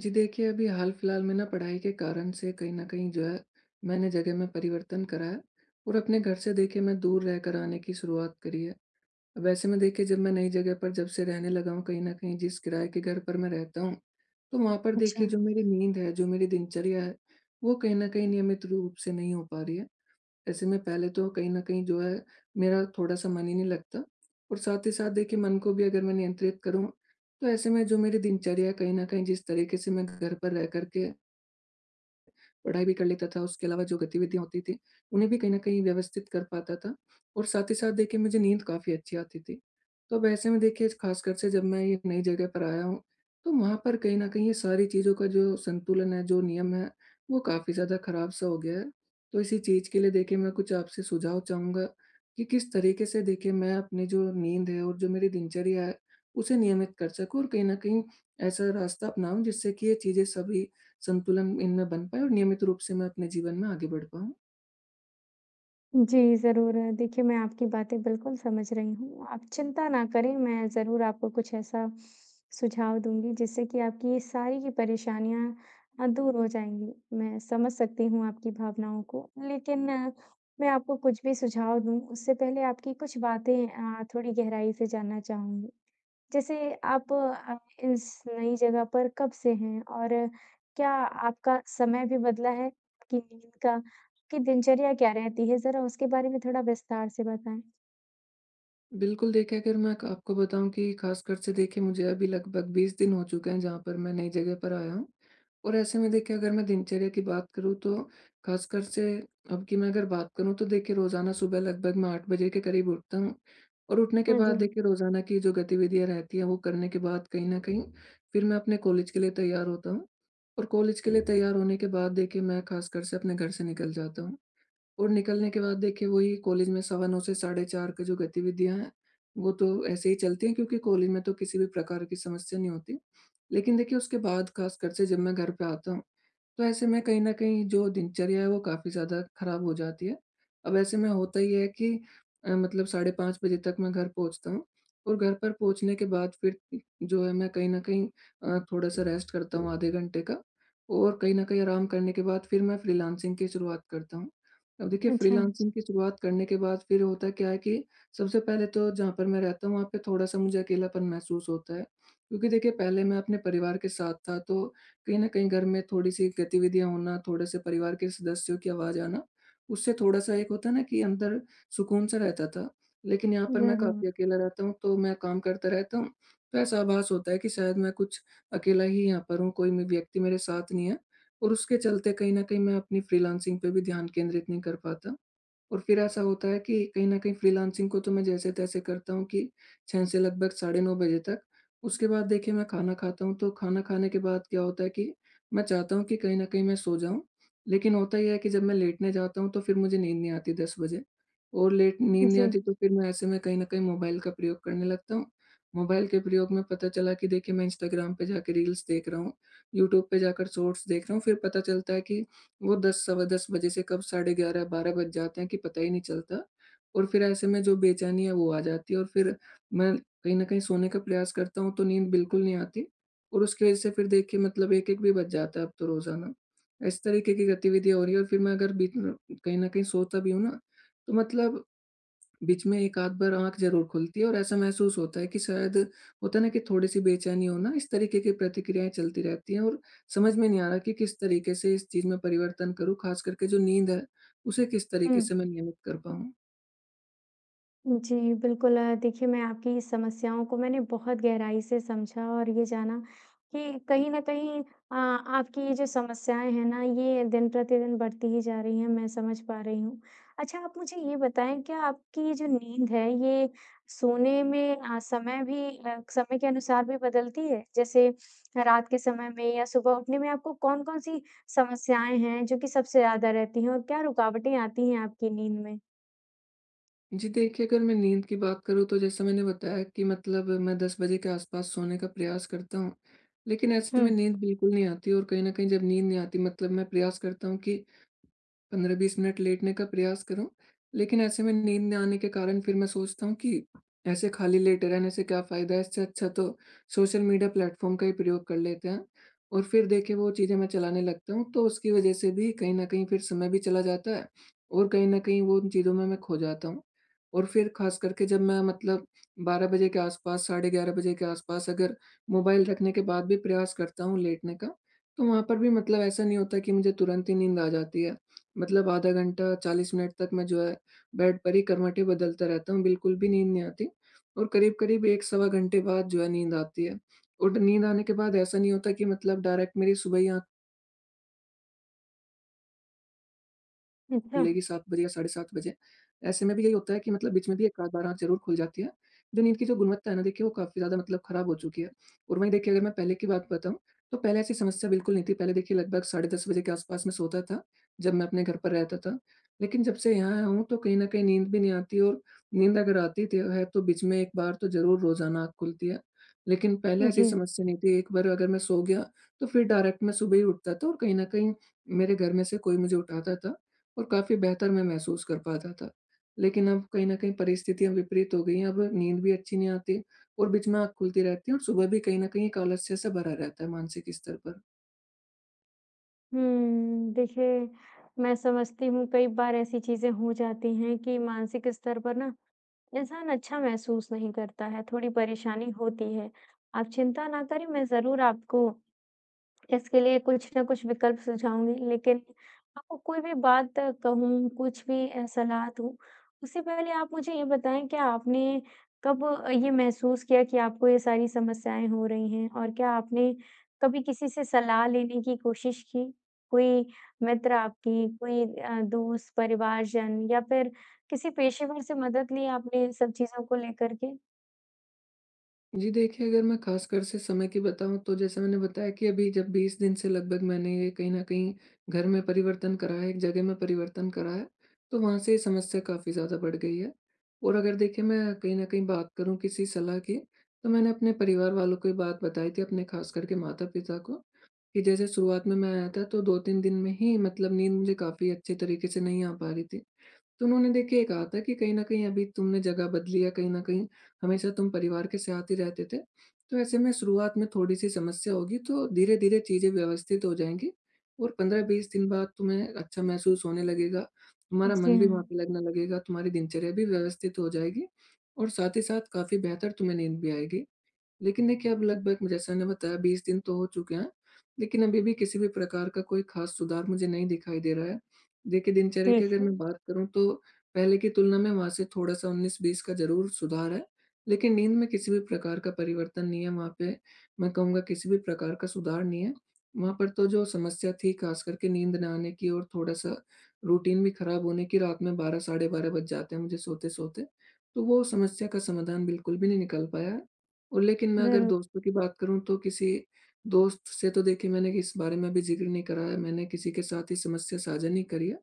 जी देखिए, अभी हाल-फिलहाल में ना पढ़ाई के कारण से कहीं न कहीं जो है, मैंने जगह में परिवर्तन करा है और अपने घर से देखिए मैं दूर रहकर आने की शुरुआत करी है। अब ऐसे में देखिए जब मैं नई जगह पर जब से रहने लगा हूँ, कहीं न कहीं जिस किराए के घर पर मैं रहता हूँ, तो वहाँ पर अच्छा। देखिए जो मेरी नींद है, जो मेरी दिनचर्या है, वो कहीं न कहीं नियमित रूप से नहीं हो पा रही है। ऐसे में पहले तो कहीं न कहीं जो है, मेरा थोड़ा-सा मन ही नहीं लगता और साथ ही साथ देखिए मन को भी अगर मैं नियंत्रित करूँ, तो ऐसे में जो मेरी दिनचर्या है कहीं न कहीं जिस तरीके से मैं घर पर रह कर के पढ़ाई भी कर लेता था, उसके अलावा जो गतिविधियाँ होती थी, उन्हें भी कहीं न कहीं व्यवस्थित कर पाता था और साथ ही साथ देखिए मुझे नींद काफ़ी अच्छी आती थी। तो अब ऐसे में देखिए ख़ासकर से जब मैं ये नई जगह पर आया हूँ, तो वहाँ पर कहीं न कहीं ये सारी चीज़ों का जो संतुलन है, जो नियम है, वो काफ़ी ज़्यादा ख़राब-सा हो गया है। तो इसी चीज़ के लिए देखिए मैं कुछ आपसे सुझाव चाहूँगा कि किस तरीके से देखिए मैं अपनी जो नींद है और जो मेरी दिनचर्या है, उसे नियमित कर सकूँ और कहीं न कहीं ऐसा रास्ता अपनाऊँ जिससे कि ये चीज़ें सभी संतुलन इनमें बन पाए और नियमित रूप से मैं अपने जीवन में आगे बढ़ पाऊँ। जी, ज़रूर। देखिए, मैं आपकी बातें बिल्कुल समझ रही हूँ। आप चिंता ना करें, मैं ज़रूर आपको कुछ ऐसा सुझाव दूँगी, जिससे कि आपकी ये सारी की परेशानियाँ दूर हो जाएँगी। मैं समझ सकती हूँ आपकी भावनाओं को, लेकिन मैं आपको कुछ भी सुझाव दूँ, उससे पहले आपकी कुछ बातें थोड़ी गहराई से जानना चाहूँगी। जैसे आप इस नई जगह पर कब से हैं? और क्या आपका समय भी बदला है? आपकी नींद का, आपकी दिनचर्या क्या रहती है? ज़रा उसके बारे में थोड़ा विस्तार से बताएँ। बिल्कुल देखिए, अगर मैं आपको बताऊँ कि ख़ासकर से देखिए, मुझे अभी लगभग 20 दिन हो चुके हैं जहाँ पर मैं नई जगह पर आया हूँ। और ऐसे में देखिए, अगर मैं दिनचर्या की बात करूँ, तो ख़ासकर से अब की मैं अगर बात करूँ, तो देखिए रोज़ाना सुबह लगभग मैं 8 बजे के करीब उठता हूँ। और उठने के हाँ बाद जी। देखिए रोज़ाना की जो गतिविधियाँ रहती हैं, वो करने के बाद कहीं न कहीं फिर मैं अपने कॉलेज के लिए तैयार होता हूँ। और कॉलेज के लिए तैयार होने के बाद देखिए मैं ख़ासकर से अपने घर से निकल जाता हूँ। और निकलने के बाद देखिए वही कॉलेज में सवा 9 से साढ़े 4 का जो गतिविधियाँ हैं, वो तो ऐसे ही चलती हैं, क्योंकि कॉलेज में तो किसी भी प्रकार की समस्या नहीं होती। लेकिन देखिए उसके बाद ख़ासकर से जब मैं घर पे आता हूँ, तो ऐसे में कहीं न कहीं जो दिनचर्या है, वो काफ़ी ज़्यादा खराब हो जाती है। अब ऐसे में होता ये है कि मतलब साढ़े 5 बजे तक मैं घर पहुँचता हूँ और घर पर पहुँचने के बाद फिर जो है मैं कहीं न कहीं थोड़ा-सा रेस्ट करता हूँ आधे घंटे का, और कहीं न कहीं आराम करने के बाद फिर मैं फ्रीलांसिंग की शुरुआत करता हूँ। अब देखिए अच्छा, फ्रीलांसिंग की शुरुआत करने के बाद फिर होता क्या है कि सबसे पहले तो जहाँ पर मैं रहता हूँ, वहाँ पे थोड़ा-सा मुझे अकेलापन महसूस होता है। क्योंकि देखिए पहले मैं अपने परिवार के साथ था, तो कहीं न कहीं घर में थोड़ी-सी गतिविधियाँ होना, थोड़े से परिवार के सदस्यों की आवाज़ आना, उससे थोड़ा-सा एक होता है ना कि अंदर सुकून सा रहता था। लेकिन यहाँ पर मैं ज़रूर। काफ़ी अकेला रहता हूँ, तो मैं काम करता रहता हूँ, तो ऐसा आभास होता है कि शायद मैं कुछ अकेला ही यहाँ पर हूँ, कोई व्यक्ति मेरे साथ नहीं है और उसके चलते कहीं न कहीं मैं अपनी फ्रीलांसिंग पे भी ध्यान केंद्रित नहीं कर पाता। और फिर ऐसा होता है कि कहीं न कहीं फ्रीलांसिंग को तो मैं जैसे-तैसे करता हूँ कि 6 से लगभग साढ़े 9 बजे तक। उसके बाद देखिए मैं खाना खाता हूँ, तो खाना खाने के बाद क्या होता है कि मैं चाहता हूँ कि कहीं न कहीं मैं सो जाऊँ, लेकिन होता ये है कि जब मैं लेटने जाता हूँ, तो फिर मुझे नींद नहीं आती 10 बजे, और लेट नींद नहीं जी। आती, तो फिर मैं ऐसे में कहीं न कहीं मोबाइल का प्रयोग करने लगता हूँ। मोबाइल के प्रयोग में पता चला कि देखिए मैं इंस्टाग्राम पे जाके रील्स देख रहा हूँ, यूट्यूब पे जाकर शॉर्ट्स देख रहा हूँ, फिर पता चलता है कि वो 10 सवा 10 बजे से कब साढ़े 11-12 बज जाते हैं कि पता ही नहीं चलता, और फिर ऐसे में जो बेचैनी है, वो आ जाती है और फिर मैं कहीं न कहीं सोने का प्रयास करता हूँ, तो नींद बिल्कुल नहीं आती और उसकी वज़ह से फिर देखिए मतलब 1-1 भी बज जाता है अब तो रोज़ाना। इस तरीके की गतिविधियाँ हो रही है और फिर मैं अगर बीच में कहीं न कहीं सोता भी हूँ ना, तो मतलब बीच में 1 आध बार आँख ज़रूर खुलती है और ऐसा महसूस होता है कि शायद होता है ना कि थोड़ी-सी बेचैनी होना, इस तरीके की प्रतिक्रियाएँ चलती रहती हैं और समझ में नहीं आ रहा कि किस तरीके से इस चीज़ में परिवर्तन करूँ, ख़ास करके जो नींद है, उसे किस तरीके हुँ। से मैं नियमित कर पाऊँ? जी, बिल्कुल देखिए मैं आपकी इस समस्याओं को मैंने बहुत गहराई से समझा और ये जाना कि कहीं न कहीं आपकी ये जो समस्याएँ हैं ना, ये दिन-प्रतिदिन बढ़ती ही जा रही हैं, मैं समझ पा रही हूँ। अच्छा आप मुझे ये बताएँ क्या आपकी ये जो नींद है ये सोने में समय भी समय के अनुसार भी बदलती है? जैसे रात के समय में या सुबह उठने में आपको कौन-कौन सी समस्याएँ हैं जो कि सबसे ज़्यादा रहती हैं और क्या रुकावटें आती हैं आपकी नींद में? जी, देखिए, अगर मैं नींद की बात करूँ, तो जैसा मैंने बताया कि मतलब मैं 10 बजे के आस-पास सोने का प्रयास करता हूँ, लेकिन ऐसे हुँ। में नींद बिल्कुल नहीं आती और कहीं न कहीं जब नींद नहीं आती, मतलब मैं प्रयास करता हूँ कि 15-20 मिनट लेटने का प्रयास करूँ, लेकिन ऐसे में नींद ना आने के कारण फिर मैं सोचता हूँ कि ऐसे खाली लेटे रहने से क्या फ़ायदा है? इससे अच्छा तो सोशल मीडिया प्लेटफ़ॉर्म का ही प्रयोग कर लेते हैं और फिर देखिए वो चीज़ें मैं चलाने लगता हूँ, तो उसकी वज़ह से भी कहीं न कहीं फिर समय भी चला जाता है और कहीं न कहीं वो उन चीज़ों में मैं खो जाता हूँ। और फिर ख़ास करके जब मैं मतलब 12 बजे के आस-पास, साढ़े 11 बजे के आस-पास अगर मोबाइल रखने के बाद भी प्रयास करता हूँ लेटने का, तो वहाँ पर भी मतलब ऐसा नहीं होता कि मुझे तुरंत ही नींद आ जाती है। मतलब आधा घंटा, 40 मिनट तक मैं जो है बेड पर ही करवटें बदलता रहता हूँ, बिल्कुल भी नींद नहीं आती और करीब-करीब 1 सवा घंटे बाद जो है नींद आती है और नींद आने के बाद ऐसा नहीं होता कि मतलब डायरेक्ट मेरी सुबह ही अच्छा, खुलेगी 7 बजे या साढ़े 7 बजे। ऐसे में भी यही होता है कि मतलब बीच में भी 1 आध बार आँख ज़रूर खुल जाती है। जो नींद की जो गुणवत्ता है ना देखिए, वो काफ़ी ज़्यादा मतलब खराब हो चुकी है। और वहीं देखिए, अगर मैं पहले की बात बताऊँ, तो पहले ऐसी समस्या बिल्कुल नहीं थी। पहले देखिए लगभग साढ़े 10 बजे के आस-पास मैं सोता था, जब मैं अपने घर पर रहता था। लेकिन जब से यहाँ आया हूँ, तो कहीं न कहीं नींद भी नहीं आती और नींद अगर आती तो है, तो बीच में 1 बार तो ज़रूर रोज़ाना आँख खुलती है। लेकिन पहले ऐसी जी। समस्या नहीं थी। एक बार अगर मैं सो गया, तो फिर डायरेक्ट मैं सुबह ही उठता था और कहीं न कहीं मेरे घर में से कोई मुझे उठाता था और काफ़ी बेहतर मैं महसूस कर पाता था। लेकिन अब कहीं न कहीं परिस्थितियाँ विपरीत हो गई हैं, अब नींद भी अच्छी नहीं आती और बीच में आँख खुलती रहती है और सुबह भी कहीं न कहीं एक आलस्य सा भरा रहता है मानसिक स्तर पर। हुँ, देखिए, मैं समझती हूँ कई बार ऐसी चीज़ें हो जाती हैं कि मानसिक स्तर पर ना इंसान अच्छा महसूस नहीं करता है, थोड़ी परेशानी होती है। आप चिंता ना करें, मैं ज़रूर आपको इसके लिए कुछ ना कुछ विकल्प सुझाऊँगी, लेकिन आपको कोई भी बात कहूँ, कुछ भी सलाह दूँ, उससे पहले आप मुझे ये बताएँ क्या आपने कब ये महसूस किया कि आपको ये सारी समस्याएँ हो रही हैं? और क्या आपने कभी किसी से सलाह लेने की कोशिश की? कोई मित्र आपकी, कोई दोस्त, परिवारजन या फिर किसी पेशेवर से मदद ली आपने इन सब चीज़ों को लेकर के? जी देखिए, अगर मैं ख़ासकर से समय की बताऊँ, तो जैसे मैंने बताया कि अभी जब 20 दिन से लगभग मैंने ये कहीं न कहीं घर में परिवर्तन करा है, एक जगह में परिवर्तन करा है, तो वहाँ से ये समस्या काफ़ी ज़्यादा बढ़ गई है। और अगर देखिए मैं कहीं न कहीं बात करूँ किसी सलाह की, तो मैंने अपने परिवार वालों को ये बात बताई थी, अपने ख़ास करके माता-पिता को कि जैसे शुरुआत में मैं आया था तो 2-3 दिन में ही मतलब नींद मुझे काफ़ी अच्छे तरीके से नहीं आ पा रही थी। तो उन्होंने देखिए ये कहा था कि कहीं न कहीं अभी तुमने जगह बदली है, कहीं न कहीं हमेशा तुम परिवार के साथ ही रहते थे। तो ऐसे में शुरुआत में थोड़ी-सी समस्या होगी, तो धीरे-धीरे चीज़ें व्यवस्थित हो जाएँगी और 15-20 दिन बाद तुम्हें अच्छा महसूस होने लगेगा। तुम्हारा जी मन भी वहाँ हाँ, पे लगने लगेगा, तुम्हारी दिनचर्या भी व्यवस्थित हो जाएगी और साथ ही साथ काफ़ी बेहतर तुम्हें नींद भी आएगी। लेकिन देखिए अब लगभग जैसा मैंने बताया 20 दिन तो हो चुके हैं, लेकिन अभी भी किसी भी प्रकार का कोई ख़ास सुधार मुझे नहीं दिखाई दे रहा है। देखिए दिनचर्या की ठीक अगर है, मैं बात करूँ, तो पहले की तुलना में वहाँ से थोड़ा-सा 19-20 का ज़रूर सुधार है, लेकिन नींद में किसी भी प्रकार का परिवर्तन नहीं है वहाँ पे, मैं कहूँगा किसी भी प्रकार का सुधार नहीं है। वहाँ पर तो जो समस्या थी ख़ास करके नींद ना आने की और थोड़ा-सा रूटीन भी ख़राब होने की, रात में 12 साढ़े 12 बज जाते हैं मुझे सोते-सोते, तो वो समस्या का समाधान बिल्कुल भी नहीं निकल पाया है। और लेकिन मैं अगर ज़रूर। दोस्तों की बात करूँ, तो किसी दोस्त से तो देखिए मैंने इस बारे में अभी ज़िक्र नहीं करा है, मैंने किसी के साथ ये समस्या साझा नहीं करी है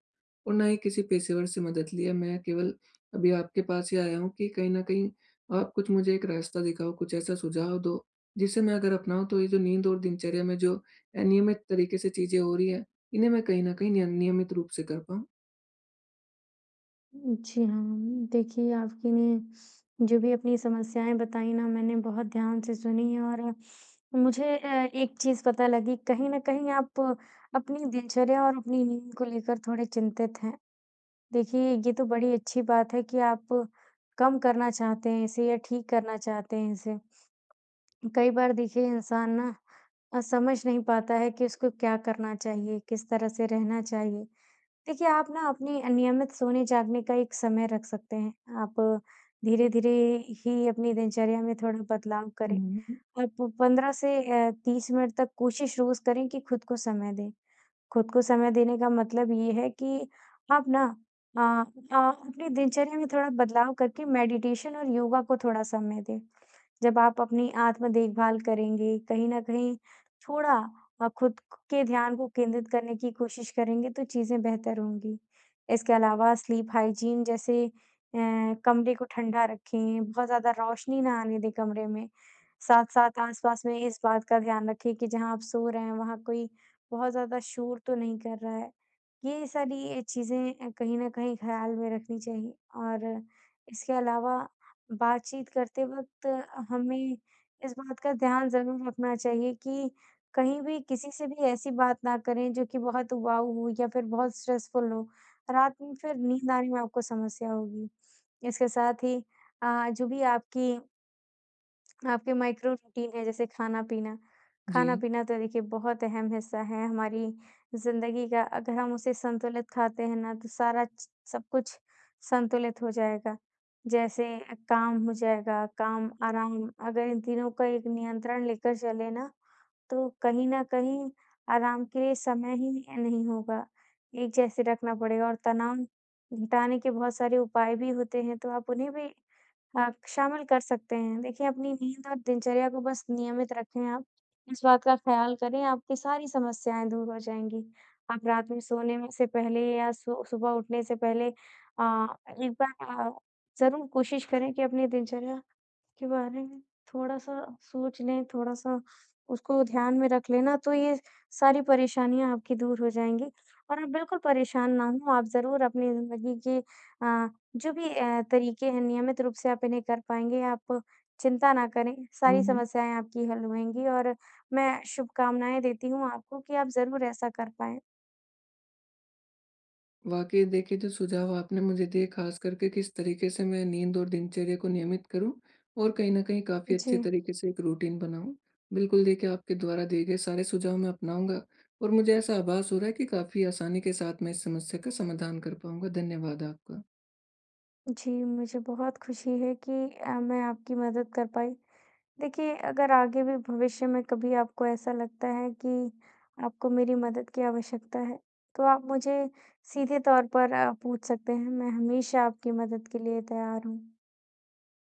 और ना ही किसी पेशेवर से मदद ली है। मैं केवल अभी आपके पास ही आया हूँ कि कहीं न कहीं आप कुछ मुझे एक रास्ता दिखाओ, कुछ ऐसा सुझाव दो जिसे मैं अगर अपनाऊँ, तो ये जो नींद और दिनचर्या में जो अनियमित तरीके से चीज़ें हो रही हैं, इन्हें मैं कहीं न कहीं नियमित रूप से कर पाऊँ। जी हाँ, देखिए आपकी ने जो भी अपनी समस्याएँ बताई ना मैंने बहुत ध्यान से सुनी है, और मुझे एक चीज़ पता लगी कहीं न कहीं आप अपनी दिनचर्या और अपनी नींद को लेकर थोड़े चिंतित हैं। देखिए ये तो बड़ी अच्छी बात है कि आप कम करना चाहते हैं इसे या ठीक करना चाहते हैं इसे। कई बार देखिए इंसान ना समझ नहीं पाता है कि उसको क्या करना चाहिए, किस तरह से रहना चाहिए। देखिए, आप ना अपने नियमित सोने-जागने का एक समय रख सकते हैं। आप धीरे-धीरे ही अपनी दिनचर्या में थोड़ा बदलाव करें। हुँ, हुँ। आप 15 से 30 मिनट तक कोशिश रोज़ करें कि खुद को समय दें। खुद को समय देने का मतलब ये है कि आप ना अपनी दिनचर्या में थोड़ा बदलाव करके मेडिटेशन और योगा को थोड़ा समय दें। जब आप अपनी आत्म देखभाल करेंगे, कहीं न कहीं थोड़ा खुद के ध्यान को केंद्रित करने की कोशिश करेंगे, तो चीज़ें बेहतर होंगी। इसके अलावा स्लीप हाइजीन जैसे कमरे को ठंडा रखें, बहुत ज़्यादा रोशनी ना आने दें कमरे में। साथ-साथ आस-पास में इस बात का ध्यान रखें कि जहाँ आप सो रहे हैं, वहाँ कोई बहुत ज़्यादा शोर तो नहीं कर रहा है। ये सारी चीज़ें कहीं न कहीं ख़्याल में रखनी चाहिए और इसके अलावा बातचीत करते वक़्त हमें इस बात का ध्यान ज़रूर रखना चाहिए कि कहीं भी किसी से भी ऐसी बात ना करें जो कि बहुत उबाऊ हो या फिर बहुत स्ट्रेसफुल हो। रात में फिर नींद आने में आपको समस्या होगी। इसके साथ ही जो भी आपकी आपके माइक्रो रूटीन है जैसे खाना-पीना। जी। खाना-पीना तो देखिए बहुत अहम हिस्सा है हमारी ज़िंदगी का। अगर हम उसे संतुलित खाते हैं ना तो सारा च सब कुछ संतुलित हो जाएगा। जैसे काम हो जाएगा, काम, आराम अगर इन तीनों का एक नियंत्रण लेकर चले ना तो कहीं न कहीं आराम के लिए समय ही नहीं होगा। एक जैसे रखना पड़ेगा और तनाव घटाने के बहुत सारे उपाय भी होते हैं तो आप उन्हें भी हाँ, शामिल कर सकते हैं। देखिए, अपनी नींद और दिनचर्या को बस नियमित रखें आप। इस बात का ख़्याल करें, आपकी सारी समस्याएँ दूर हो जाएँगी। आप रात में सोने में से पहले या सु सुबह उठने से पहले अ, एक बार ज़रूर कोशिश करें कि अपनी दिनचर्या के बारे में थोड़ा-सा सोच लें, थोड़ा-सा उसको ध्यान में रख लें ना, तो ये सारी परेशानियाँ आपकी दूर हो जाएँगी और आप बिल्कुल परेशान ना हों। आप ज़रूर अपनी ज़िंदगी के अ, जो भी तरीके हैं, नियमित रूप से आप इन्हें कर पाएँगे। आप चिंता ना करें, हुँ, सारी हुँ। समस्याएँ आपकी हल होएँगी और मैं शुभकामनाएँ देती हूँ आपको कि आप ज़रूर ऐसा कर पाएँ। वाक़ई देखिए, जो सुझाव आपने मुझे दिए ख़ास करके किस तरीके से मैं नींद और दिनचर्या को नियमित करूँ और कहीं न कहीं काफ़ी अच्छे जी, तरीके से एक रूटीन बनाऊँ। बिल्कुल देखिए, आपके द्वारा दिए गए सारे सुझाव मैं अपनाऊँगा और मुझे ऐसा आभास हो रहा है कि काफ़ी आसानी के साथ मैं इस समस्या का समाधान कर पाऊँगा। धन्यवाद आपका। जी, मुझे बहुत खुशी है कि मैं आपकी मदद कर पाई। देखिए, अगर आगे भी भविष्य में कभी आपको ऐसा लगता है कि आपको मेरी मदद की आवश्यकता है, तो आप मुझे सीधे तौर पर पूछ सकते हैं। मैं हमेशा आपकी मदद के लिए तैयार हूँ।